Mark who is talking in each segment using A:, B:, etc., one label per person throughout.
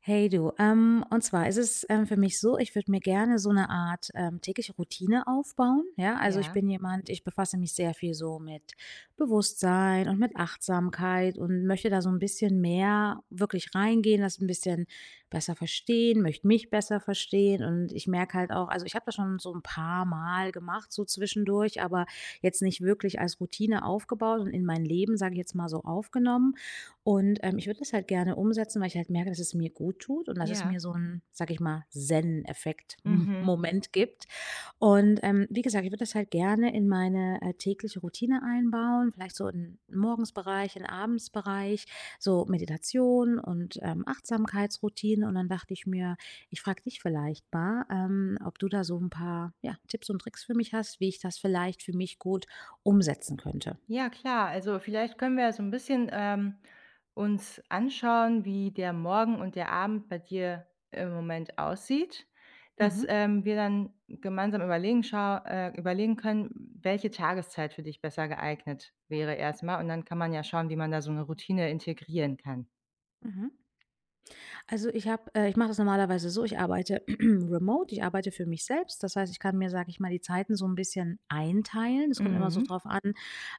A: Hey du, und zwar ist es für mich so, ich würde mir gerne so eine Art tägliche Routine aufbauen, ja? Also, ich
B: Ja,
A: bin jemand, ich befasse mich sehr viel so mit Bewusstsein und mit Achtsamkeit und möchte da so ein bisschen mehr wirklich reingehen, das ein bisschen besser verstehen, möchte mich besser verstehen und ich merke halt auch also, ich habe das schon so ein paar Mal gemacht, so zwischendurch, aber jetzt nicht wirklich als Routine aufgebaut und in mein Leben, sage ich jetzt mal so, aufgenommen. Und ich würde das halt gerne umsetzen, weil ich halt merke, dass es mir gut tut und dass es mir
B: ja.
A: so 'n, sage ich mal, Zen-Effekt
B: Mhm.
A: Moment gibt. Und wie gesagt, ich würde das halt gerne in meine tägliche Routine einbauen, vielleicht so in den Morgensbereich, in den Abendsbereich, so Meditation und Achtsamkeitsroutine. Und dann dachte ich mir, ich frage dich vielleicht mal, ob du da so ein paar, ja, Tipps und Tricks für mich hast, wie ich das vielleicht für mich gut umsetzen könnte.
B: Ja, klar. Also, vielleicht können wir ja so ein bisschen, uns anschauen, wie der Morgen und der Abend bei dir im Moment aussieht, dass,
A: Mhm,
B: wir dann gemeinsam überlegen können, welche Tageszeit für dich besser geeignet wäre erstmal. Und dann kann man ja schauen, wie man da so eine Routine integrieren kann.
A: mhm. Also, ich mache das normalerweise so, ich arbeite remote, ich arbeite für mich selbst. Das heißt, ich kann mir, sage ich mal, die Zeiten so ein bisschen einteilen. Es kommt immer so
B: Mhm,
A: drauf an,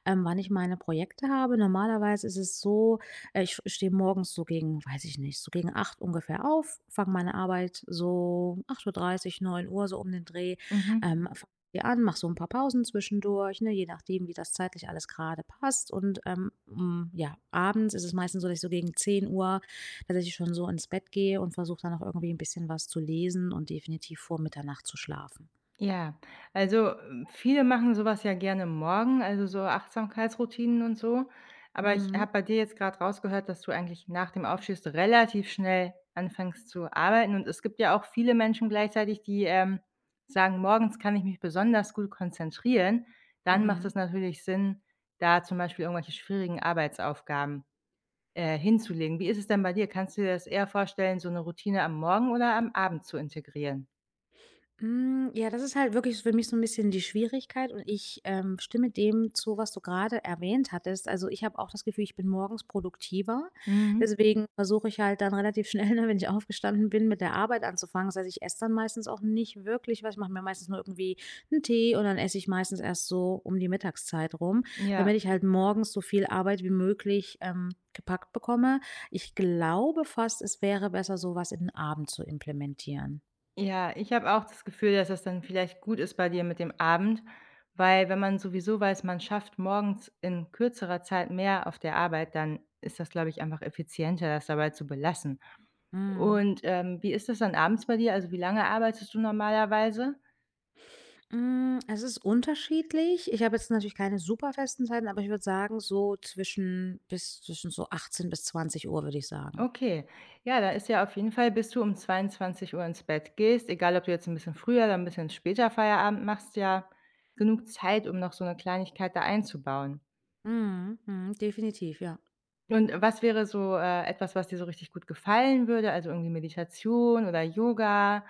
A: ähm, wann ich meine Projekte habe. Normalerweise ist es so, ich stehe morgens so gegen weiß ich nicht, so gegen 8 ungefähr auf, fange meine Arbeit so 8:30 Uhr, 9 Uhr so um den Dreh,
B: mhm.
A: fange die an, mache so ein paar Pausen zwischendurch, ne, je nachdem, wie das zeitlich alles gerade passt und ja, abends ist es meistens so, dass ich so gegen 22 Uhr, dass ich schon so ins Bett gehe und versuche dann noch irgendwie ein bisschen was zu lesen und definitiv vor Mitternacht zu schlafen.
B: Ja, also, viele machen sowas ja gerne morgen, also, so Achtsamkeitsroutinen und so. Aber ich
A: Mhm,
B: habe bei dir jetzt gerade rausgehört, dass du eigentlich nach dem Aufstehst relativ schnell anfängst zu arbeiten. Und es gibt ja auch viele Menschen gleichzeitig, die, sagen: „Morgens kann ich mich besonders gut konzentrieren.“ Dann macht
A: mhm.
B: es natürlich Sinn, da zum Beispiel irgendwelche schwierigen Arbeitsaufgaben, hinzulegen. Wie ist es denn bei dir? Kannst du dir das eher vorstellen, so eine Routine am Morgen oder am Abend zu integrieren?
A: Hm, ja, das ist halt wirklich für mich so ein bisschen die Schwierigkeit und ich stimme dem zu, was du gerade erwähnt hattest. Also, ich habe auch das Gefühl, ich bin morgens produktiver.
B: Mhm,
A: Deswegen versuche ich halt dann relativ schnell, ne, wenn ich aufgestanden bin, mit der Arbeit anzufangen. Das heißt, ich esse dann meistens auch nicht wirklich was. Ich mache mir meistens nur irgendwie einen Tee und dann esse ich meistens erst so um die Mittagszeit rum,
B: ja.
A: damit ich halt morgens so viel Arbeit wie möglich gepackt bekomme. Ich glaube fast, es wäre besser, sowas in den Abend zu implementieren.
B: Ja, ich habe auch das Gefühl, dass das dann vielleicht gut ist bei dir mit dem Abend, weil wenn man sowieso weiß, man schafft morgens in kürzerer Zeit mehr auf der Arbeit, dann ist das, glaube ich, einfach effizienter, das dabei zu belassen.
A: Mhm.
B: Und, wie ist das dann abends bei dir? Also, wie lange arbeitest du normalerweise?
A: Hm, es ist unterschiedlich. Ich habe jetzt natürlich keine super festen Zeiten, aber ich würde sagen, so zwischen 18 bis 20 Uhr würde ich sagen.
B: Okay. Ja, da ist ja auf jeden Fall bis du um 22 Uhr ins Bett gehst, egal ob du jetzt ein bisschen früher oder ein bisschen später Feierabend machst, ja genug Zeit, um noch so eine Kleinigkeit da einzubauen.
A: Mhm, mhm, definitiv, ja.
B: Und was wäre so, etwas, was dir so richtig gut gefallen würde, also irgendwie Meditation oder Yoga?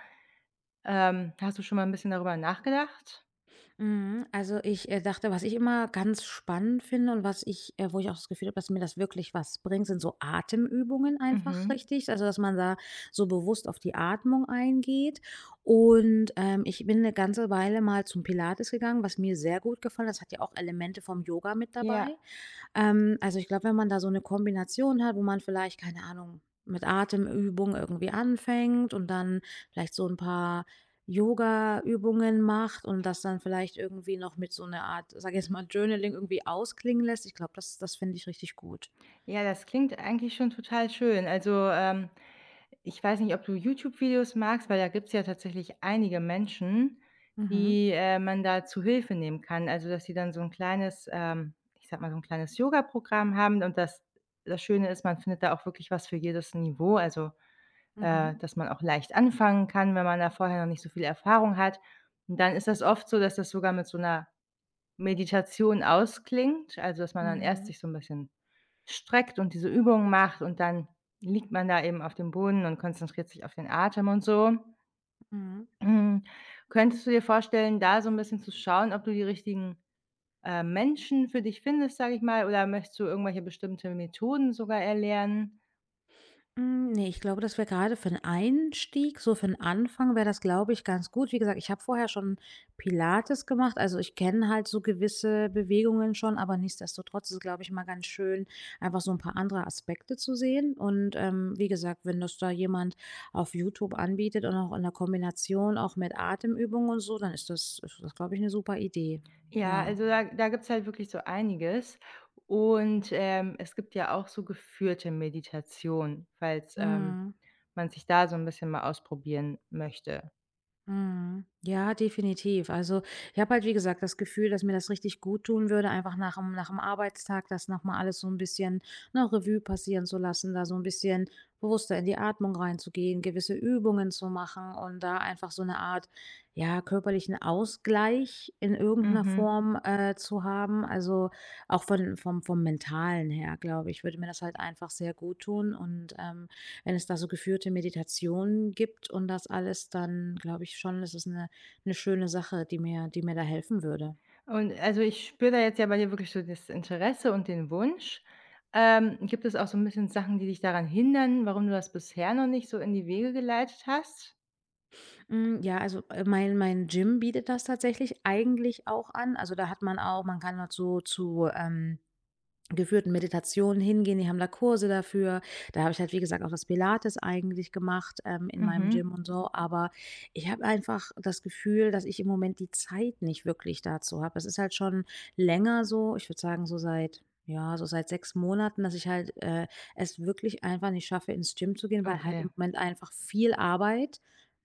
B: Hast du schon mal ein bisschen darüber nachgedacht?
A: Mhm, also, ich dachte, was ich immer ganz spannend finde und was ich wo ich auch das Gefühl habe, dass mir das wirklich was bringt, sind so Atemübungen einfach
B: Mhm.
A: richtig. Also, dass man da so bewusst auf die Atmung eingeht. Und ich bin eine ganze Weile mal zum Pilates gegangen, was mir sehr gut gefallen hat. Das hat ja auch Elemente vom Yoga mit
B: Ja.
A: dabei. Also, ich glaube, wenn man da so eine Kombination hat, wo man vielleicht, keine Ahnung, mit Atemübung irgendwie anfängt und dann vielleicht so ein paar Yogaübungen macht und das dann vielleicht irgendwie noch mit so 'ner Art, sag ich jetzt mal, Journaling irgendwie ausklingen lässt. Ich glaube, das finde ich richtig gut.
B: Ja, das klingt eigentlich schon total schön. Also, ich weiß nicht, ob du YouTube-Videos magst, weil da gibt es ja tatsächlich einige Menschen,
A: Mhm.
B: die, man da zu Hilfe nehmen kann. Also, dass die dann so ein kleines ich sag mal, so ein kleines Yoga-Programm haben und das Schöne ist, man findet da auch wirklich was für jedes Niveau, also
A: Mhm.
B: dass man auch leicht anfangen kann, wenn man da vorher noch nicht so viel Erfahrung hat. Und dann ist das oft so, dass das sogar mit so 'ner Meditation ausklingt, also, dass man dann erst
A: Mhm.
B: sich so 'n bisschen streckt und diese Übungen macht und dann liegt man da eben auf dem Boden und konzentriert sich auf den Atem und so.
A: Mhm.
B: Hm, könntest du dir vorstellen, da so 'n bisschen zu schauen, ob du die richtigen, Menschen für dich findest, sage ich mal, oder möchtest du irgendwelche bestimmte Methoden sogar erlernen?
A: Hm, ne, ich glaube, das wäre gerade für 'n Einstieg, so für 'n Anfang wäre das, glaube ich, ganz gut. Wie gesagt, ich habe vorher schon Pilates gemacht, also, ich kenne halt so gewisse Bewegungen schon, aber nichtsdestotrotz ist es, glaube ich, mal ganz schön, einfach so ein paar andere Aspekte zu sehen. Und wie gesagt, wenn das da jemand auf YouTube anbietet und auch in der Kombination auch mit Atemübungen und so, dann ist das, glaube ich, eine super Idee.
B: Ja,
A: Ja.
B: also da gibt's halt wirklich so einiges. Und, es gibt ja auch so geführte Meditation, falls,
A: Mhm.
B: man sich da so ein bisschen mal ausprobieren möchte.
A: Mhm. Ja, definitiv. Also, ich habe halt, wie gesagt, das Gefühl, dass mir das richtig gut tun würde, einfach nach dem Arbeitstag das nochmal alles so ein bisschen, ne, Revue passieren zu lassen, da so ein bisschen bewusster in die Atmung reinzugehen, gewisse Übungen zu machen und da einfach so eine Art, ja, körperlichen Ausgleich in irgendeiner
B: Mhm.
A: Form zu haben. Also auch vom, vom Mentalen her, glaube ich, würde mir das halt einfach sehr gut tun und wenn es da so geführte Meditationen gibt und das alles, dann glaube ich schon, das ist es eine 'ne schöne Sache, die mir da helfen würde.
B: Und also ich spüre da jetzt ja bei dir wirklich so das Interesse und den Wunsch. Gibt es auch so ein bisschen Sachen, die dich daran hindern, warum du das bisher noch nicht so in die Wege geleitet hast?
A: Hm, ja, also, mein Gym bietet das tatsächlich eigentlich auch an. Also, da hat man auch man kann dort so zu geführten Meditationen hingehen, die haben da Kurse dafür. Da habe ich halt, wie gesagt, auch das Pilates eigentlich gemacht, in meinem Gym
B: Mhm.
A: und so, aber ich habe einfach das Gefühl, dass ich im Moment die Zeit nicht wirklich dazu habe. Es ist halt schon länger so, ich würde sagen, so seit ja, so seit 6 Monaten, dass ich halt es wirklich einfach nicht schaffe, ins Gym zu gehen, weil halt
B: Okay.
A: im Moment einfach viel Arbeit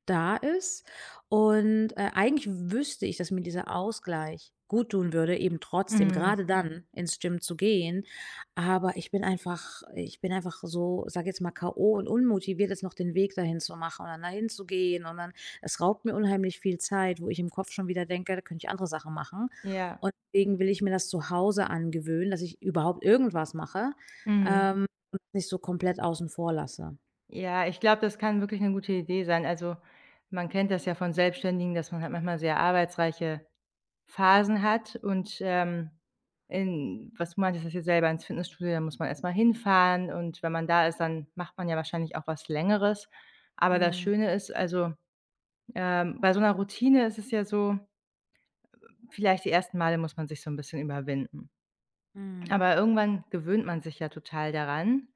A: da ist und, eigentlich wüsste ich, dass mir dieser Ausgleich gut tun würde, eben trotzdem
B: Mhm.
A: gerade dann ins Gym zu gehen. Aber ich bin einfach so, sage jetzt mal, K.O. und unmotiviert, jetzt noch den Weg dahin zu machen und dann dahin zu gehen und dann es raubt mir unheimlich viel Zeit, wo ich im Kopf schon wieder denke, da könnte ich andere Sachen machen.
B: Ja.
A: Und deswegen will ich mir das zu Hause angewöhnen, dass ich überhaupt irgendwas mache,
B: Mhm.
A: ähm, und nicht so komplett außen vor lasse.
B: Ja, ich glaube, das kann wirklich 'ne gute Idee sein. Also, man kennt das ja von Selbstständigen, dass man halt manchmal sehr arbeitsreiche Phasen hat und, in was du meintest, dass hier selber ins Fitnessstudio, da muss man erst mal hinfahren und wenn man da ist, dann macht man ja wahrscheinlich auch was Längeres. Aber das
A: Mhm,
B: Schöne ist, also, bei so 'ner Routine ist es ja so, vielleicht die ersten Male muss man sich so 'n bisschen überwinden.
A: mhm.
B: Aber irgendwann gewöhnt man sich ja total daran.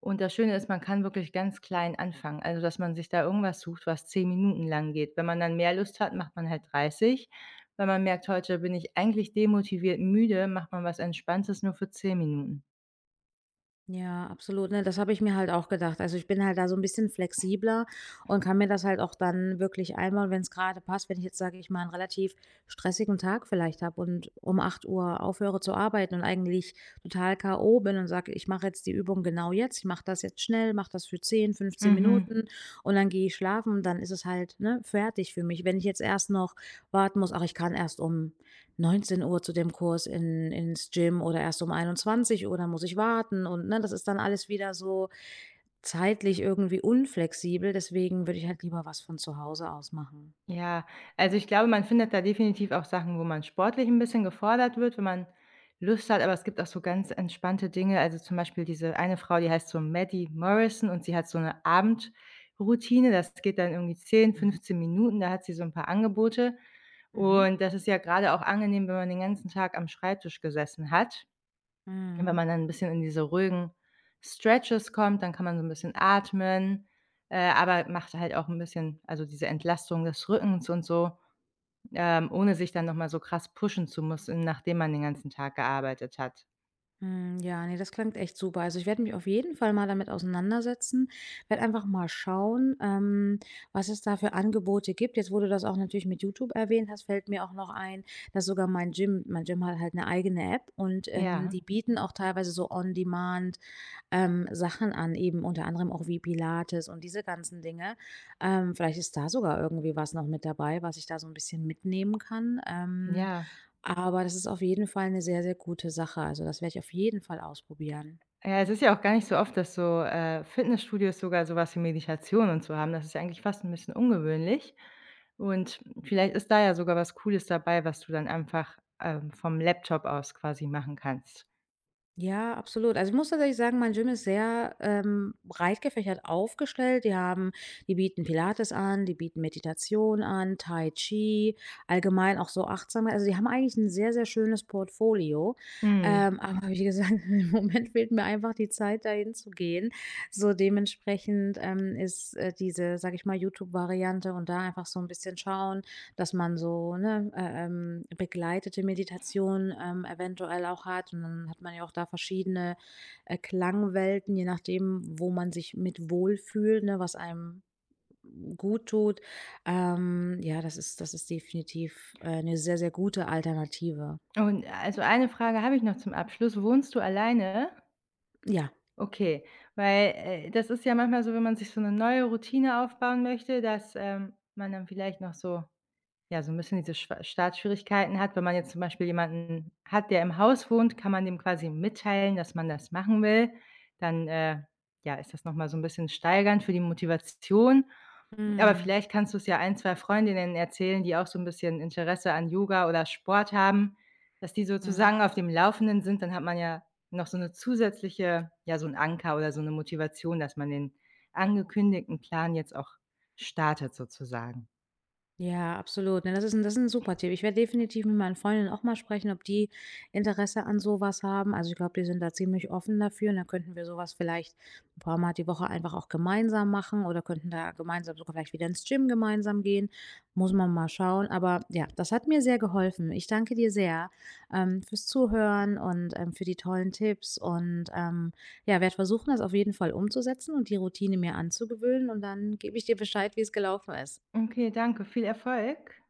B: Und das Schöne ist, man kann wirklich ganz klein anfangen. Also, dass man sich da irgendwas sucht, was 10 Minuten lang geht. Wenn man dann mehr Lust hat, macht man halt 30. Wenn man merkt: „Heute bin ich eigentlich demotiviert müde“, macht man was Entspanntes nur für 10 Minuten.
A: Ja, absolut. Ne, das habe ich mir halt auch gedacht. Also, ich bin halt da so ein bisschen flexibler und kann mir das halt auch dann wirklich einmal, wenn es gerade passt. Wenn ich jetzt, sage ich mal, einen relativ stressigen Tag vielleicht habe und um 20 Uhr aufhöre zu arbeiten und eigentlich total K.O. bin und sage: „Ich mache jetzt die Übung genau jetzt. Ich mache das jetzt schnell, mache das für zehn, fünfzehn
B: Mhm.
A: Minuten und dann gehe ich schlafen." Dann ist es halt, ne, fertig für mich. Wenn ich jetzt erst noch warten muss: „Ach, ich kann erst um" 19 Uhr zu dem Kurs in ins Gym oder erst um 21 Uhr, dann muss ich warten und, ne, das ist dann alles wieder so zeitlich irgendwie unflexibel, deswegen würde ich halt lieber was von zu Hause aus machen.
B: Ja, also ich glaube, man findet da definitiv auch Sachen, wo man sportlich ein bisschen gefordert wird, wenn man Lust hat, aber es gibt auch so ganz entspannte Dinge. Also, zum Beispiel diese eine Frau, die heißt so Maddie Morrison und sie hat so eine Abendroutine. Das geht dann irgendwie zehn,
A: Mhm,
B: fünfzehn Minuten, da hat sie so ein paar Angebote
A: mhm,
B: und das ist ja gerade auch angenehm, wenn man den ganzen Tag am Schreibtisch gesessen hat. Und wenn
A: mhm,
B: man dann ein bisschen in diese ruhigen Stretches kommt, dann kann man so ein bisschen atmen, aber macht halt auch ein bisschen also, diese Entlastung des Rückens und so, ohne sich dann noch mal so krass pushen zu müssen, nachdem man den ganzen Tag gearbeitet hat.
A: mhm. Ja, ne, das klingt echt super. Also, ich werde mich auf jeden Fall mal damit auseinandersetzen, werde einfach mal schauen, was es da für Angebote gibt. Jetzt, wo du das auch natürlich mit YouTube erwähnt hast, fällt mir auch noch ein, dass sogar mein Gym hat halt eine eigene App und
B: Ja,
A: die bieten auch teilweise so on demand Sachen an, eben unter anderem auch wie Pilates und diese ganzen Dinge. Vielleicht ist da sogar irgendwie was noch mit dabei, was ich da so ein bisschen mitnehmen kann. Ähm,
B: ja.
A: aber das ist auf jeden Fall eine sehr, sehr gute Sache. Also, das werde ich auf jeden Fall ausprobieren.
B: Ja, es ist ja auch gar nicht so oft, dass so, Fitnessstudios sogar sowas wie Meditation und so haben. Das ist ja eigentlich fast ein bisschen ungewöhnlich und vielleicht ist da ja sogar was Cooles dabei, was du dann einfach, vom Laptop aus quasi machen kannst.
A: Ja, absolut. Also, ich muss tatsächlich sagen, mein Gym ist sehr breit gefächert aufgestellt. Die bieten Pilates an, die bieten Meditation an, Tai Chi, allgemein auch so Achtsamkeit. Also, die haben eigentlich ein sehr, sehr schönes Portfolio.
B: Mhm.
A: Aber wie gesagt, im Moment fehlt mir einfach die Zeit, dahin zu gehen. So dementsprechend, ist diese, sage ich mal, YouTube-Variante und da einfach so ein bisschen schauen, dass man so, ne, begleitete Meditation eventuell auch hat und dann hat man ja auch da verschiedene Klangwelten, je nachdem, wo man sich mit wohlfühlt, ne, was einem gut tut. Ja, das ist definitiv, 'ne sehr, sehr gute Alternative.
B: Und also eine Frage habe ich noch zum Abschluss. Wohnst du alleine?
A: Ja.
B: Okay, weil, das ist ja manchmal so, wenn man sich so 'ne neue Routine aufbauen möchte, dass, man dann vielleicht noch so ja, so 'n bisschen diese Schwa Startschwierigkeiten hat. Wenn man jetzt zum Beispiel jemanden hat, der im Haus wohnt, kann man dem quasi mitteilen, dass man das machen will. Dann, ja, ist das noch mal so 'n bisschen steigernd für die Motivation. Aber
A: Mhm,
B: vielleicht kannst du es ja ein, 2 Freundinnen erzählen, die auch so 'n bisschen Interesse an Yoga oder Sport haben, dass die
A: mhm.
B: sozusagen auf dem Laufenden sind. Dann hat man ja noch so 'ne zusätzliche ja, so 'n Anker oder so 'ne Motivation, dass man den angekündigten Plan jetzt auch startet sozusagen.
A: Ja, absolut. Ne, das ist ein super Tipp. Ich werde definitiv mit meinen Freundinnen auch mal sprechen, ob die Interesse an sowas haben. Also, ich glaube, die sind da ziemlich offen dafür und dann könnten wir sowas vielleicht ein paar Mal die Woche einfach auch gemeinsam machen oder könnten da gemeinsam sogar vielleicht wieder ins Gym gemeinsam gehen. Muss man mal schauen. Aber ja, das hat mir sehr geholfen. Ich danke dir sehr, fürs Zuhören und für die tollen Tipps und ja, werde versuchen, das auf jeden Fall umzusetzen und die Routine mir anzugewöhnen und dann gebe ich dir Bescheid, wie es gelaufen ist.
B: Okay, danke. Viel Erfolg.